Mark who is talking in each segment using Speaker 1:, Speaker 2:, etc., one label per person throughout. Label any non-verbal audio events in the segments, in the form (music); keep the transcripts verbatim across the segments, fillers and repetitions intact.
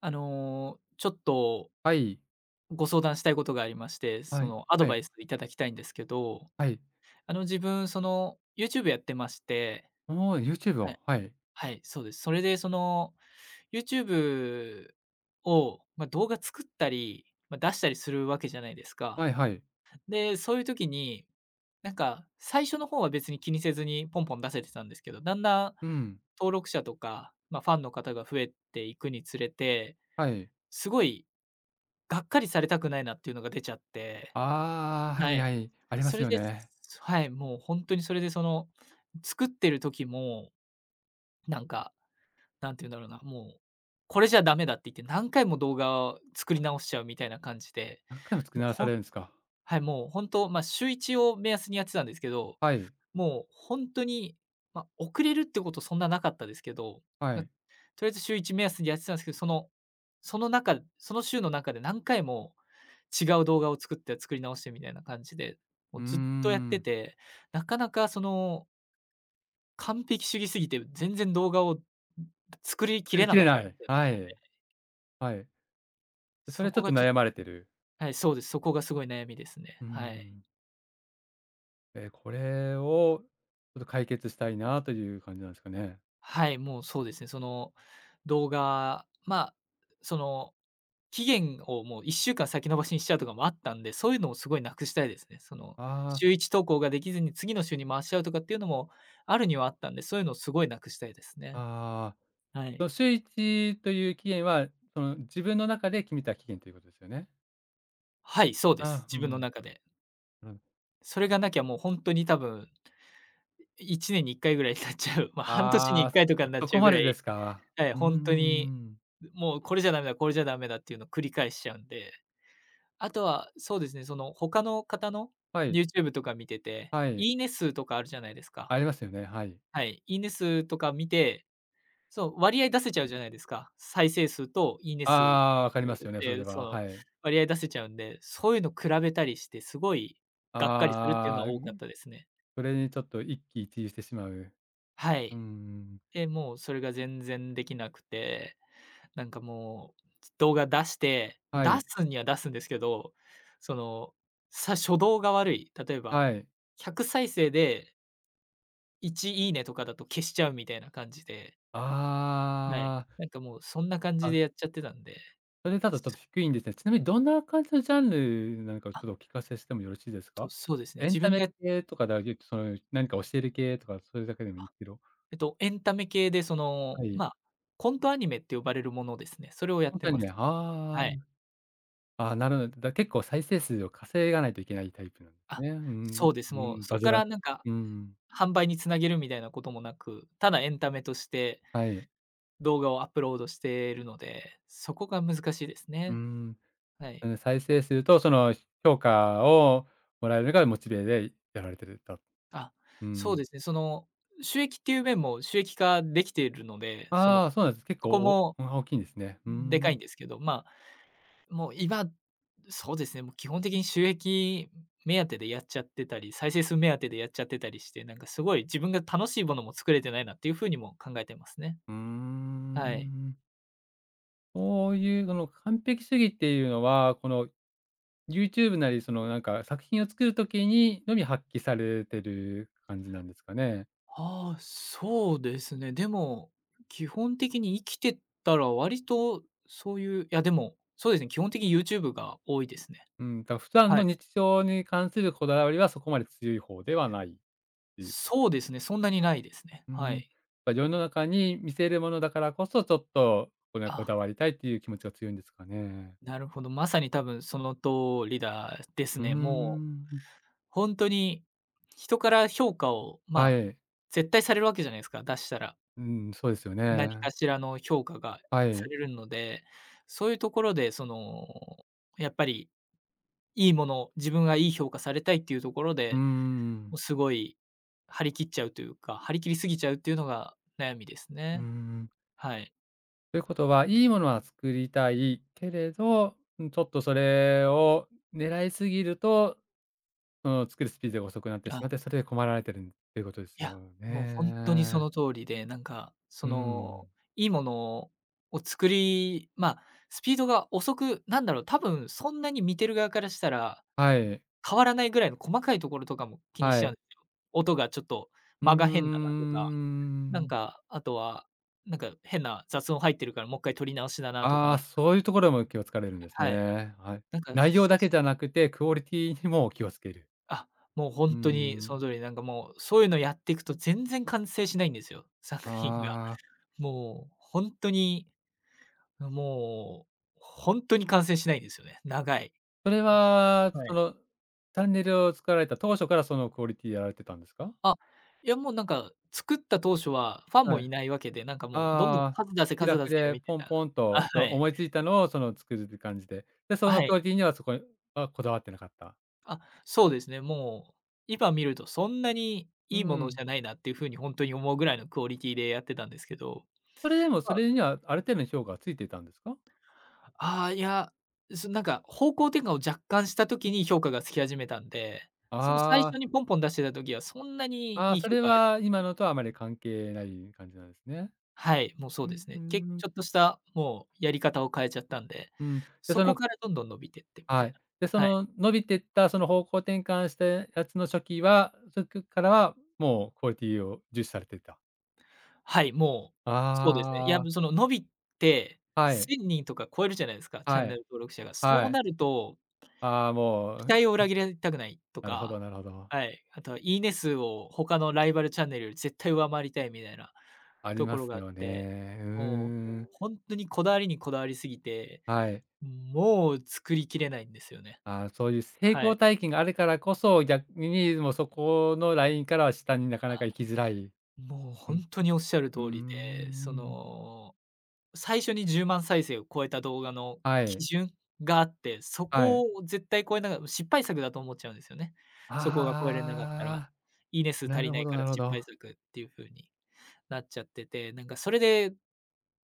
Speaker 1: あの、ちょっと
Speaker 2: はい。
Speaker 1: ご相談したいことがありまして、
Speaker 2: は
Speaker 1: そ
Speaker 2: い。
Speaker 1: のアド
Speaker 2: は
Speaker 1: バ
Speaker 2: い。
Speaker 1: イスいただきたいんですけど、
Speaker 2: はい。
Speaker 1: あの、自分その YouTube やってまして、
Speaker 2: おお、YouTube
Speaker 1: は
Speaker 2: を。
Speaker 1: い、
Speaker 2: はい。
Speaker 1: はい、そうです。それでその YouTube を、まあ、動画作ったり、まあ、出したりするわけじゃないですか。
Speaker 2: はいはい。
Speaker 1: で、そういう時に、なんか最初の方は別に気にせずにポンポン出せてたんですけど、だんだん
Speaker 2: うん。
Speaker 1: 登録者とか、まあ、ファンの方が増えていくにつれて、
Speaker 2: はい。
Speaker 1: すごいがっかりされたくないなっていうのが出ちゃって、
Speaker 2: ああ、は
Speaker 1: は
Speaker 2: い
Speaker 1: い。
Speaker 2: はい。ありま
Speaker 1: そ
Speaker 2: す
Speaker 1: れ
Speaker 2: よ
Speaker 1: で
Speaker 2: ね。
Speaker 1: はい、もうほんとにそれでその、作ってる時も、なんか、なんて言うんだろうな、もう、これじゃダメだって言って何回も動画を作り直しちゃうみたいな感じで、
Speaker 2: 何回も作
Speaker 1: も
Speaker 2: り
Speaker 1: う
Speaker 2: 直さ
Speaker 1: ほん
Speaker 2: れるんですか。
Speaker 1: はい、もうほんと、ま、週一を目安にやってたんですけど、
Speaker 2: はい。
Speaker 1: もう本当に、まあ、遅れるってことそんななかったですけど、
Speaker 2: は
Speaker 1: まあ、と
Speaker 2: い。
Speaker 1: りあえず週いち目安でやってたんですけど、そのその中その週の中で何回も違う動画を作って作り直してみたいな感じで、も
Speaker 2: うー
Speaker 1: うずっとやって
Speaker 2: ん。
Speaker 1: て、なかなかその完璧主義すぎて全然動画を作りき
Speaker 2: 作
Speaker 1: れ
Speaker 2: りき
Speaker 1: なか
Speaker 2: れ
Speaker 1: った
Speaker 2: な
Speaker 1: んで
Speaker 2: い。
Speaker 1: すよね。
Speaker 2: はい。はい。それ
Speaker 1: そ
Speaker 2: はちょ
Speaker 1: こ
Speaker 2: っ
Speaker 1: が
Speaker 2: と
Speaker 1: ちょっ
Speaker 2: 悩
Speaker 1: と
Speaker 2: まれてる。
Speaker 1: はい、そうです。そこがすごい悩みですね。
Speaker 2: うー
Speaker 1: はい。
Speaker 2: ん。え、これをちょっと解決したいなという感じなんですかね。
Speaker 1: はい、もうそうですね。その動画、まあ、その期限をもういっしゅうかん先延ばしにしちゃうとかもあったんで、そういうのをすごいなくしたいですね。その
Speaker 2: ああ、
Speaker 1: 週一投稿ができずに次の週に回しちゃうとかっていうのもあるにはあったんで、そういうのをすごいなくしたいですね。
Speaker 2: ああ。
Speaker 1: は
Speaker 2: そ
Speaker 1: い。
Speaker 2: の週いちという期限は、その自分の中で決めた期限ということですよね。
Speaker 1: はい、そうです。
Speaker 2: ああ、う
Speaker 1: 自分の
Speaker 2: ん。
Speaker 1: 中で。それがなきゃもう本当に多分いちねんにいっかいぐらいになっちゃう、まあ、半年に1
Speaker 2: ああ、
Speaker 1: 回とかになっ
Speaker 2: そ
Speaker 1: ちゃ
Speaker 2: こ
Speaker 1: うぐ
Speaker 2: ま
Speaker 1: ら
Speaker 2: でで
Speaker 1: い、
Speaker 2: すか。
Speaker 1: はい、
Speaker 2: うー
Speaker 1: 本当に、
Speaker 2: ん。
Speaker 1: もうこれじゃダメだ、これじゃダメだっていうのを繰り返しちゃうんで。あとは、そうですね、その他の方の
Speaker 2: はい、
Speaker 1: YouTube とか見てて、
Speaker 2: はい。
Speaker 1: いいね数とかあるじゃないですか。
Speaker 2: ありますよね、はい。
Speaker 1: はい。いいね数とか見て、そう、割合出せちゃうじゃないですか。再生数といいね
Speaker 2: あ
Speaker 1: 数
Speaker 2: あ、わかりますよね、それ
Speaker 1: で、そ
Speaker 2: は、
Speaker 1: の
Speaker 2: はい。
Speaker 1: 割合出せちゃうんで、そういうの比べたりして、すごいがっかりするっていうのは
Speaker 2: ああ、
Speaker 1: 多かったですね。
Speaker 2: それにちょっと一喜一憂してしまう。
Speaker 1: は
Speaker 2: う
Speaker 1: い。
Speaker 2: ん、
Speaker 1: で、もうそれが全然できなくてなんかもう、動画出して、
Speaker 2: は
Speaker 1: 出
Speaker 2: い、
Speaker 1: すには出すんですけど、その、さ初動が悪い。例えば、
Speaker 2: はい。
Speaker 1: ひゃく再生でいちいいねとかだと消しちゃうみたいな感じで、はい。
Speaker 2: あ
Speaker 1: なんかもうそんな感
Speaker 2: あ、
Speaker 1: じ
Speaker 2: あ、
Speaker 1: でやっちゃってたんで、
Speaker 2: それだとちょっ
Speaker 1: す
Speaker 2: と低いんですね。ちなみにどんな感じのジャンルなのかをちょっ
Speaker 1: あ、
Speaker 2: とお聞かせしてもよろしいです
Speaker 1: と、
Speaker 2: か？
Speaker 1: そうですね。
Speaker 2: エン
Speaker 1: 自
Speaker 2: タ
Speaker 1: 分
Speaker 2: メ
Speaker 1: が、
Speaker 2: 系とかだけその、何か教える系とか、それだけでもいいですけど。
Speaker 1: えっと、エンタメ系でその、
Speaker 2: はい。
Speaker 1: まあ、コントアニメって呼ばれるものですね。それをやっ
Speaker 2: 本
Speaker 1: て
Speaker 2: 当に
Speaker 1: ます。
Speaker 2: ね、あ
Speaker 1: はい。
Speaker 2: あ。ああ、なるほど。だ、結構再生数を稼がないといけないタイプなんです
Speaker 1: あ、
Speaker 2: ね。う
Speaker 1: そ
Speaker 2: ん、
Speaker 1: うです。
Speaker 2: う
Speaker 1: もう
Speaker 2: ん、
Speaker 1: そ
Speaker 2: バ
Speaker 1: こ
Speaker 2: ズ
Speaker 1: か
Speaker 2: ら
Speaker 1: らなんか
Speaker 2: うん、
Speaker 1: 販売に繋げるみたいなこともなく、ただエンタメとして
Speaker 2: はい。
Speaker 1: 動画をアップロードしているので、そこが難しいです
Speaker 2: う
Speaker 1: ね。
Speaker 2: ん、
Speaker 1: はい。
Speaker 2: あの再生数とその評価をもらえるのがモチベでやられてると。
Speaker 1: あ、
Speaker 2: う
Speaker 1: そう
Speaker 2: ん。
Speaker 1: ですね、その、収益っていう面も収益化できているので、その、
Speaker 2: ああ、そうなんです。結
Speaker 1: そ
Speaker 2: 構
Speaker 1: こ
Speaker 2: お
Speaker 1: も
Speaker 2: 大きいんですね。う
Speaker 1: でかいん
Speaker 2: ん。
Speaker 1: ですけど、まあ、もう今、そうですね、もう基本的に収益目当てでやっちゃってたり、再生数目当てでやっちゃってたりして、なんかすごい自分が楽しいものも作れてないなっていう風にも考えてますね。
Speaker 2: うー
Speaker 1: はい。
Speaker 2: ん。そういうその完璧主義っていうのは、この YouTube なりそのなんか作品を作る時にのみ発揮されてる感じなんですかね？
Speaker 1: ああ、そうですね。でも、基本的に生きてたら割とそういう、いやでも、そうですね、基本的に YouTube が多いですね。
Speaker 2: うん、だ、普段
Speaker 1: は
Speaker 2: の
Speaker 1: い。
Speaker 2: 日常に関するこだわりはそこまで強い方ではないっていう。
Speaker 1: そうですね、そんなにないですね。
Speaker 2: う
Speaker 1: は
Speaker 2: ん。
Speaker 1: い。
Speaker 2: ま、世の中に見せるものだからこそ、ちょっとこれはこ
Speaker 1: あ、
Speaker 2: だわりたいっていう気持ちが強いんですかね。
Speaker 1: なるほど。まさに多分その通りだです
Speaker 2: うー
Speaker 1: ね。もう
Speaker 2: ん。
Speaker 1: 本当に人から評価を、ま
Speaker 2: は
Speaker 1: あ、
Speaker 2: い。
Speaker 1: 絶対されるわけじゃないですか、出したら。
Speaker 2: うん、そうですよ
Speaker 1: 何か
Speaker 2: ね。
Speaker 1: しらの評価が
Speaker 2: は
Speaker 1: さ
Speaker 2: い。
Speaker 1: れるので、そういうところでその、やっぱりいいものを、自分がいい評価されたいっていうところ
Speaker 2: うー
Speaker 1: で、も
Speaker 2: ん。
Speaker 1: うすごい張り切っちゃうというか、張り切りすぎちゃうっていうのが悩みです
Speaker 2: うー
Speaker 1: ね。
Speaker 2: ん。
Speaker 1: はい。
Speaker 2: ということは、いいものは作りたいけれど、ん、ちょっとそれを狙いすぎると、うん、作るスピードが遅くなってし
Speaker 1: あ、
Speaker 2: まって、それで困られてるということで
Speaker 1: い
Speaker 2: すよ
Speaker 1: や、もうほんとにそ
Speaker 2: ね。
Speaker 1: の通りで、なんか、そ
Speaker 2: う
Speaker 1: の、
Speaker 2: ん。
Speaker 1: いいものを作りまあ、スピードが遅くなんだろう、多分そんなに見てる側からしたら、
Speaker 2: はい、
Speaker 1: 変わらないぐらいの細かいところとかも気にし
Speaker 2: は
Speaker 1: ちゃうん
Speaker 2: い。
Speaker 1: ですよ。音がちょっと
Speaker 2: うー
Speaker 1: 間が変だなとか、なん
Speaker 2: ん。
Speaker 1: か、あとは、なんか変な雑音入ってるからもっかい録り直しだなとか
Speaker 2: あ
Speaker 1: なん
Speaker 2: あ、
Speaker 1: か
Speaker 2: そういうところも気を使われるんです
Speaker 1: はい。
Speaker 2: ね。はい。
Speaker 1: なんか、
Speaker 2: 内容
Speaker 1: す
Speaker 2: だけ
Speaker 1: す
Speaker 2: じゃなくて、クオリティにも気をつける。
Speaker 1: あ、もうほ
Speaker 2: うー
Speaker 1: んとにその
Speaker 2: ん。
Speaker 1: 通りなんかもう、そういうのやっていくと全然完成しないんですよ、作品が。
Speaker 2: あ
Speaker 1: (laughs)
Speaker 2: あ、
Speaker 1: もうほんとに、もう、ほんとに完成しないんですよね、長い。
Speaker 2: それは、
Speaker 1: は
Speaker 2: そ
Speaker 1: い。
Speaker 2: の、チャンネルを作られた当初からそのクオリティやられてたんですか？
Speaker 1: あ、いやもうなんか、作った当初はファン
Speaker 2: は
Speaker 1: も
Speaker 2: い。
Speaker 1: い
Speaker 2: あ
Speaker 1: ないわけで、なんかもうどんどん
Speaker 2: あ、
Speaker 1: 数出せ
Speaker 2: 気
Speaker 1: 数出
Speaker 2: 楽
Speaker 1: せ
Speaker 2: で
Speaker 1: みたい
Speaker 2: ポン
Speaker 1: な。
Speaker 2: ポン
Speaker 1: あ、
Speaker 2: と、
Speaker 1: は
Speaker 2: と
Speaker 1: い。
Speaker 2: 思いついたのをその作るって感じで、で、そ
Speaker 1: は
Speaker 2: の
Speaker 1: い。
Speaker 2: クオリティにはそこにはこだわってなかった。
Speaker 1: あ、そうですね、もう、今見るとそんなに
Speaker 2: う
Speaker 1: いいものじ
Speaker 2: ん。
Speaker 1: ゃないなっていう風にほんとに思うぐらいのクオリティでやってたんですけど。まあ
Speaker 2: それでも、それにはある程度の評価がついていたんですか？
Speaker 1: ああ、いや、そなんか方向転換を若干した時に評価がつき始めたんで、その最
Speaker 2: あ
Speaker 1: 初
Speaker 2: あ。
Speaker 1: にポンポン出してた時はそんなに
Speaker 2: ああ、
Speaker 1: いい
Speaker 2: そ
Speaker 1: 評
Speaker 2: れ
Speaker 1: 価は得られ
Speaker 2: は
Speaker 1: なか
Speaker 2: 今の
Speaker 1: っ
Speaker 2: と
Speaker 1: たです
Speaker 2: は
Speaker 1: ね。
Speaker 2: あまり関係ない感じなんですね。
Speaker 1: はい、もうそ
Speaker 2: う
Speaker 1: う
Speaker 2: ん、
Speaker 1: です
Speaker 2: うー
Speaker 1: ね。け
Speaker 2: ん。
Speaker 1: ちょっとしたもうやり方を変えちゃったんで、
Speaker 2: うん。で、
Speaker 1: そ
Speaker 2: そ
Speaker 1: こ
Speaker 2: の
Speaker 1: からどんどん伸びてってみた
Speaker 2: は
Speaker 1: い
Speaker 2: い。
Speaker 1: な。
Speaker 2: で、そ
Speaker 1: はい。
Speaker 2: の伸びてったその方向転換したやつの初期はそくからは、もうクオリティを重視されてた。
Speaker 1: はい、もう、そうですね。いや、
Speaker 2: あ
Speaker 1: そ
Speaker 2: あ、
Speaker 1: の伸びて
Speaker 2: はい、
Speaker 1: せんにんとか超えるじゃないですか、チャ
Speaker 2: は
Speaker 1: ンネ
Speaker 2: い、
Speaker 1: ル登録者が。そ
Speaker 2: は
Speaker 1: うな
Speaker 2: い。
Speaker 1: ると
Speaker 2: ああ、も
Speaker 1: 期
Speaker 2: う、
Speaker 1: 待を裏切りたくないと
Speaker 2: なるほど
Speaker 1: か、
Speaker 2: なるほど。
Speaker 1: はい、あとはいいね数を他のライバルチャンネルより絶対上回りたいみたいな
Speaker 2: あり
Speaker 1: とこ
Speaker 2: ま
Speaker 1: ろ
Speaker 2: す
Speaker 1: があっ
Speaker 2: よ
Speaker 1: て、
Speaker 2: ね。うー
Speaker 1: もう
Speaker 2: ん。
Speaker 1: 本当にこだわりにこだわりすぎて、
Speaker 2: はい。
Speaker 1: もう作りきれないんですよね。
Speaker 2: ああ、そういう成
Speaker 1: は
Speaker 2: 功
Speaker 1: い。
Speaker 2: 体験があるからこそ、逆にもうそこのラインからは下になか
Speaker 1: あ、
Speaker 2: なか行きづらい。
Speaker 1: もう
Speaker 2: う
Speaker 1: 本
Speaker 2: ん、
Speaker 1: 当におっしゃる通
Speaker 2: うー
Speaker 1: りで、そ
Speaker 2: ん。
Speaker 1: の、最初にじゅうまん再生を超えた動画の
Speaker 2: は
Speaker 1: 基
Speaker 2: い。
Speaker 1: 準があって、そ
Speaker 2: はい。
Speaker 1: こを絶対超えながら失敗作だと思っちゃうんですよね。そこが超えれなかったら、
Speaker 2: ああ、
Speaker 1: いいね数
Speaker 2: な
Speaker 1: 足り
Speaker 2: る
Speaker 1: な
Speaker 2: ほ
Speaker 1: い
Speaker 2: ど
Speaker 1: から
Speaker 2: なるほ
Speaker 1: 失
Speaker 2: ど。
Speaker 1: 敗作っていう風に。なっちゃってて、なんかそれで、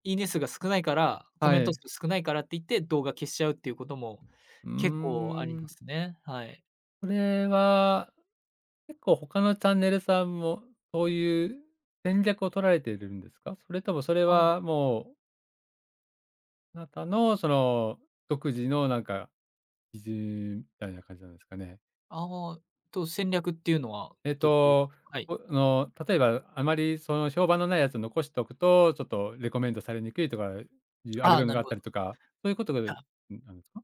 Speaker 1: いいね数が少ないから、コ
Speaker 2: は
Speaker 1: メント
Speaker 2: い。
Speaker 1: 数少ないからって言って、動画消しちゃうっていうことも
Speaker 2: うー
Speaker 1: 結構ありま
Speaker 2: ん。
Speaker 1: すね。はい。
Speaker 2: それは、結構他のチャンネルさんも、そういう戦略を取られているんですか？それともそれ
Speaker 1: あ
Speaker 2: はもう、あなたのその、独自のなんか基準みたいな感じなんですかね？
Speaker 1: ああ、と、戦略っていうのは、
Speaker 2: え
Speaker 1: え
Speaker 2: っ
Speaker 1: っと、どういう
Speaker 2: と、
Speaker 1: はい。
Speaker 2: おあの、例えば、あまりその評判のないやつを残しておくと、ちょっとレコメンドされにくいとかいうア
Speaker 1: あ
Speaker 2: ル
Speaker 1: あ、
Speaker 2: ゴリム
Speaker 1: なる
Speaker 2: があっ
Speaker 1: ほど。
Speaker 2: た
Speaker 1: い
Speaker 2: りとか、そういうことが、
Speaker 1: や、
Speaker 2: ん、なんですか？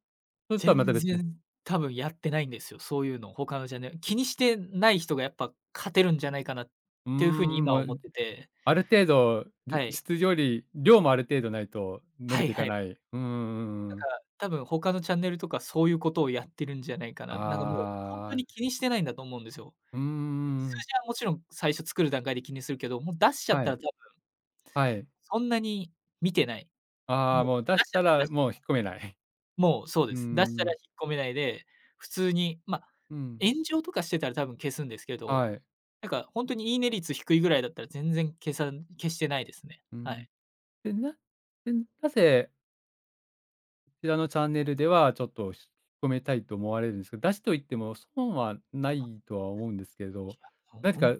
Speaker 2: それとはま
Speaker 1: 全
Speaker 2: た別に。
Speaker 1: 然多分やってないんですよ、そういうの、他のジャンル気にしてない人がやっぱ勝てるんじゃないかなっ
Speaker 2: うー
Speaker 1: ていう風に
Speaker 2: ん、
Speaker 1: 今
Speaker 2: も
Speaker 1: 思っ
Speaker 2: う、
Speaker 1: てて。
Speaker 2: ある程度、
Speaker 1: は
Speaker 2: り
Speaker 1: い。
Speaker 2: 質より量もある程度ないと伸
Speaker 1: は
Speaker 2: び
Speaker 1: い
Speaker 2: てい
Speaker 1: は
Speaker 2: か
Speaker 1: い。
Speaker 2: ない。うんうんうん、
Speaker 1: 多分他のチャンネルとかそういうことをやってるんじゃないかな。なんかもうほんと
Speaker 2: ああ、
Speaker 1: に気にしてないんだと思うんですよ。
Speaker 2: うん
Speaker 1: 数
Speaker 2: ん、
Speaker 1: 字はもちろん最初作る段階で気にするけど、もう出しちゃっ
Speaker 2: は
Speaker 1: たら
Speaker 2: い、
Speaker 1: 多分
Speaker 2: はい。
Speaker 1: そんなに見てない。も
Speaker 2: あ
Speaker 1: う
Speaker 2: あ、もう出
Speaker 1: 出
Speaker 2: し
Speaker 1: しちゃっ
Speaker 2: た
Speaker 1: たら出
Speaker 2: ら
Speaker 1: し
Speaker 2: もう引っ込めない。
Speaker 1: もうそう
Speaker 2: う
Speaker 1: で
Speaker 2: う
Speaker 1: す。出したら引
Speaker 2: ん。
Speaker 1: っ込めないで、普通に、ま、
Speaker 2: うん。
Speaker 1: 炎上とかしてたら多分消すんですけど、
Speaker 2: はい。
Speaker 1: なんかほんとにいいね率低いぐらいだったら全然消さ消してないですね。
Speaker 2: う
Speaker 1: は
Speaker 2: ん。
Speaker 1: い。
Speaker 2: で、なで、なぜちらのチャンネルではちょっと引き込めたいと思われるんですけど、出しといても損はないとは思うんですけど、
Speaker 1: ほ
Speaker 2: 何
Speaker 1: ほん
Speaker 2: か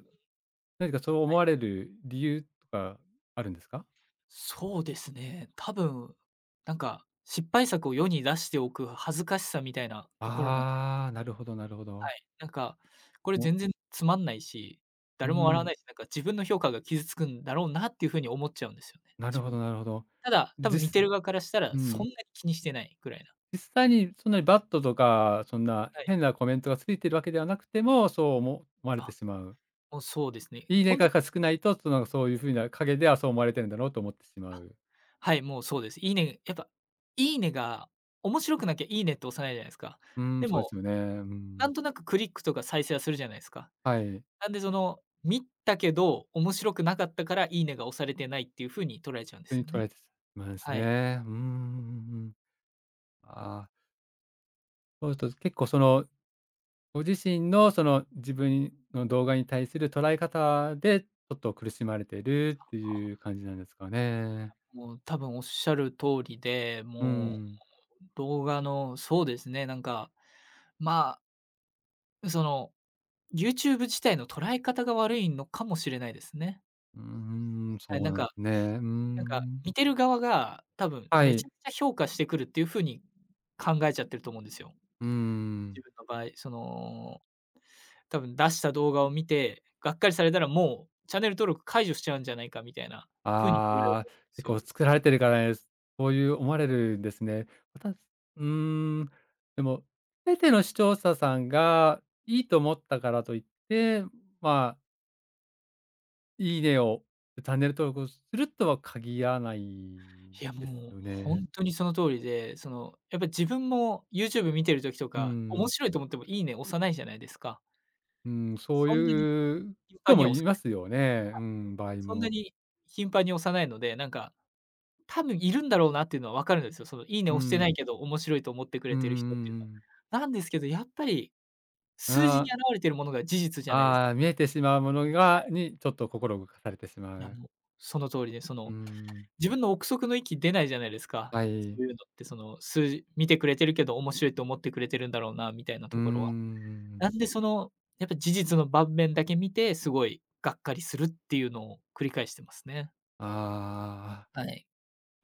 Speaker 2: 何かそう思われる理由とかあるんですか？
Speaker 1: そうですね。多分、なんか失敗作を世に出しておく恥ずかしさみたいなところなんじゃ。
Speaker 2: ああ、なるほどなるほ
Speaker 1: は
Speaker 2: ど。
Speaker 1: い、なんか、これ
Speaker 2: も
Speaker 1: 全
Speaker 2: う、
Speaker 1: 然つまんないし、
Speaker 2: う
Speaker 1: 誰も笑わ
Speaker 2: ん、
Speaker 1: ないし、なんか自分の評価が傷つくんだろうなっていう風に思っちゃうんですよね、
Speaker 2: なる
Speaker 1: 自分
Speaker 2: ほ
Speaker 1: は。
Speaker 2: どなるほど。
Speaker 1: ただ、多分見
Speaker 2: 実
Speaker 1: てる側からしたら、
Speaker 2: う
Speaker 1: そん
Speaker 2: ん、
Speaker 1: なに気にしてないぐらいな。
Speaker 2: 実際にそんなにバッドとか、そんな
Speaker 1: はい。
Speaker 2: 変なコメントがついてるわけではなくても、そう思われて
Speaker 1: あ、
Speaker 2: しまう。
Speaker 1: もうそうですね。
Speaker 2: いい
Speaker 1: ほ
Speaker 2: ね
Speaker 1: んと、
Speaker 2: がが少ないと、その、そういう風な陰ではそう思われてるんだろうと思ってしま
Speaker 1: あ、
Speaker 2: う。
Speaker 1: はい、もうそうです。いいねやっぱ、いいねが面白くなきゃいいねって押さないじゃないですか。
Speaker 2: うん、
Speaker 1: で
Speaker 2: そうで
Speaker 1: も、
Speaker 2: すよね。う
Speaker 1: な
Speaker 2: ん。
Speaker 1: んとなくクリックとか再生はするじゃないですか。
Speaker 2: はい。
Speaker 1: なんでその、見たけど面白くなかったからいいねが押されてないっていう風に捉えちゃうんで
Speaker 2: と
Speaker 1: す
Speaker 2: に
Speaker 1: よね。
Speaker 2: 捉えてまし
Speaker 1: はい。
Speaker 2: ね。うんうんうんうん。ああ、そうすると結構その、ご自身のその自分の動画に対する捉え方で、ちょっと苦しまれてるっていう感じなんですかね。
Speaker 1: もう多分おっしゃる通りで、
Speaker 2: う
Speaker 1: も
Speaker 2: ん。
Speaker 1: う動画のそうですね、なんか、まあ、その、YouTube 自体の捉え方が悪いのかもしれないですね。
Speaker 2: うーん、
Speaker 1: はい、
Speaker 2: そ
Speaker 1: な
Speaker 2: う
Speaker 1: んん。
Speaker 2: なんで
Speaker 1: か
Speaker 2: すね。うー
Speaker 1: なんか
Speaker 2: ん。
Speaker 1: 見てる側が多分
Speaker 2: は
Speaker 1: めち
Speaker 2: い。
Speaker 1: ゃくちゃ評価してくるっていう風に考えちゃってると思うんですよ。
Speaker 2: うー
Speaker 1: 自
Speaker 2: ん。
Speaker 1: 分の場合、その、多分出した動画を見て、がっかりされたらもうチャンネル登録解除しちゃうんじゃないかみたいな風に取られる
Speaker 2: ああ、
Speaker 1: と思うんで
Speaker 2: 結
Speaker 1: す
Speaker 2: 構
Speaker 1: よ。
Speaker 2: 作られてるからね、そういう思われるんですね。わたうーん、でも、全ての視聴者さんがいいと思ったからといって、ま、あ、いいねを、チャンネル登録をするとは限らない
Speaker 1: いや、
Speaker 2: です
Speaker 1: もう
Speaker 2: よ
Speaker 1: 本
Speaker 2: ね。
Speaker 1: 当にその通りで、その、やっぱ自分も YouTube 見てる時と
Speaker 2: う
Speaker 1: か、面
Speaker 2: ん、
Speaker 1: 白いと思ってもいいね押さないじゃないですか。
Speaker 2: うん、そう
Speaker 1: そんなに
Speaker 2: いう
Speaker 1: 頻繁
Speaker 2: 人
Speaker 1: に
Speaker 2: も
Speaker 1: は押
Speaker 2: い
Speaker 1: さ
Speaker 2: ま
Speaker 1: ない。
Speaker 2: すよね。うん、場合
Speaker 1: そんな
Speaker 2: も。
Speaker 1: に頻繁に押さないので、なんか、多分いるんだろうなっていうのは分かるんですよ。そのいいね
Speaker 2: う
Speaker 1: 押してな
Speaker 2: ん、
Speaker 1: いけど、面白いと思ってく
Speaker 2: う
Speaker 1: れ
Speaker 2: んうん
Speaker 1: てる人っていう
Speaker 2: う
Speaker 1: の
Speaker 2: ん、
Speaker 1: は。なんですけど、やっぱり数字
Speaker 2: あ
Speaker 1: に表れてるものが事実じ
Speaker 2: あ、
Speaker 1: ゃないです。
Speaker 2: ああ、見えてしまうものがに、ちょっと心動かされてしま
Speaker 1: いや、
Speaker 2: う。
Speaker 1: もうその通りで、そ
Speaker 2: う
Speaker 1: の、
Speaker 2: ん。
Speaker 1: 自分の憶測の域出ないじゃないですか。
Speaker 2: は
Speaker 1: そう
Speaker 2: い。
Speaker 1: いうのって、その、数字見てくれてるけど、面白いと思ってくれてるんだろうなみたいな
Speaker 2: うー
Speaker 1: ところは。
Speaker 2: ん。
Speaker 1: なんでその、やっぱ事実の盤面だけ見て、すごいがっかりするっていうのを繰り返してますね。
Speaker 2: ああ、
Speaker 1: はい。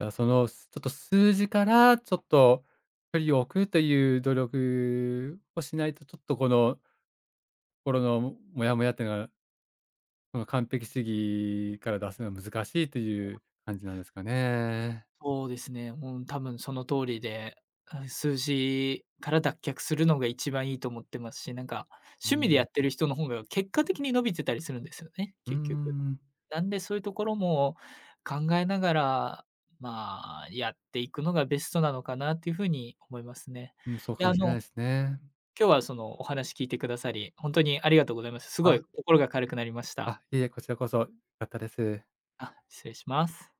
Speaker 2: だ、その、すちょっと数字からちょっと距離を置くという努力をしないと、ちょっとこの心のもモヤモヤっていうのは、この完璧主義から出すのは難しいという感じなんですかね。
Speaker 1: そうですね、うん、多分その通りで、うん、数字から脱却するのが一番いいと思ってますし、なんか、
Speaker 2: う
Speaker 1: 趣味でや
Speaker 2: ん。
Speaker 1: ってる人の方が結果的に伸びてたりするんですよね、
Speaker 2: うー
Speaker 1: 結局。
Speaker 2: ん。
Speaker 1: なんでそういうところも考えながら、まあ、やっていくのがベストなのかなっていうふうに思いますね。
Speaker 2: うん、そう
Speaker 1: で、
Speaker 2: かも
Speaker 1: あ
Speaker 2: しれない
Speaker 1: の
Speaker 2: ですね。
Speaker 1: 今日はそのお話聞いてくださり、本当にありがとうございます。すごい
Speaker 2: あ、
Speaker 1: 心が軽くなりました。
Speaker 2: あ、いえいえ、こちらこそ、良かったです。
Speaker 1: あ、失礼します。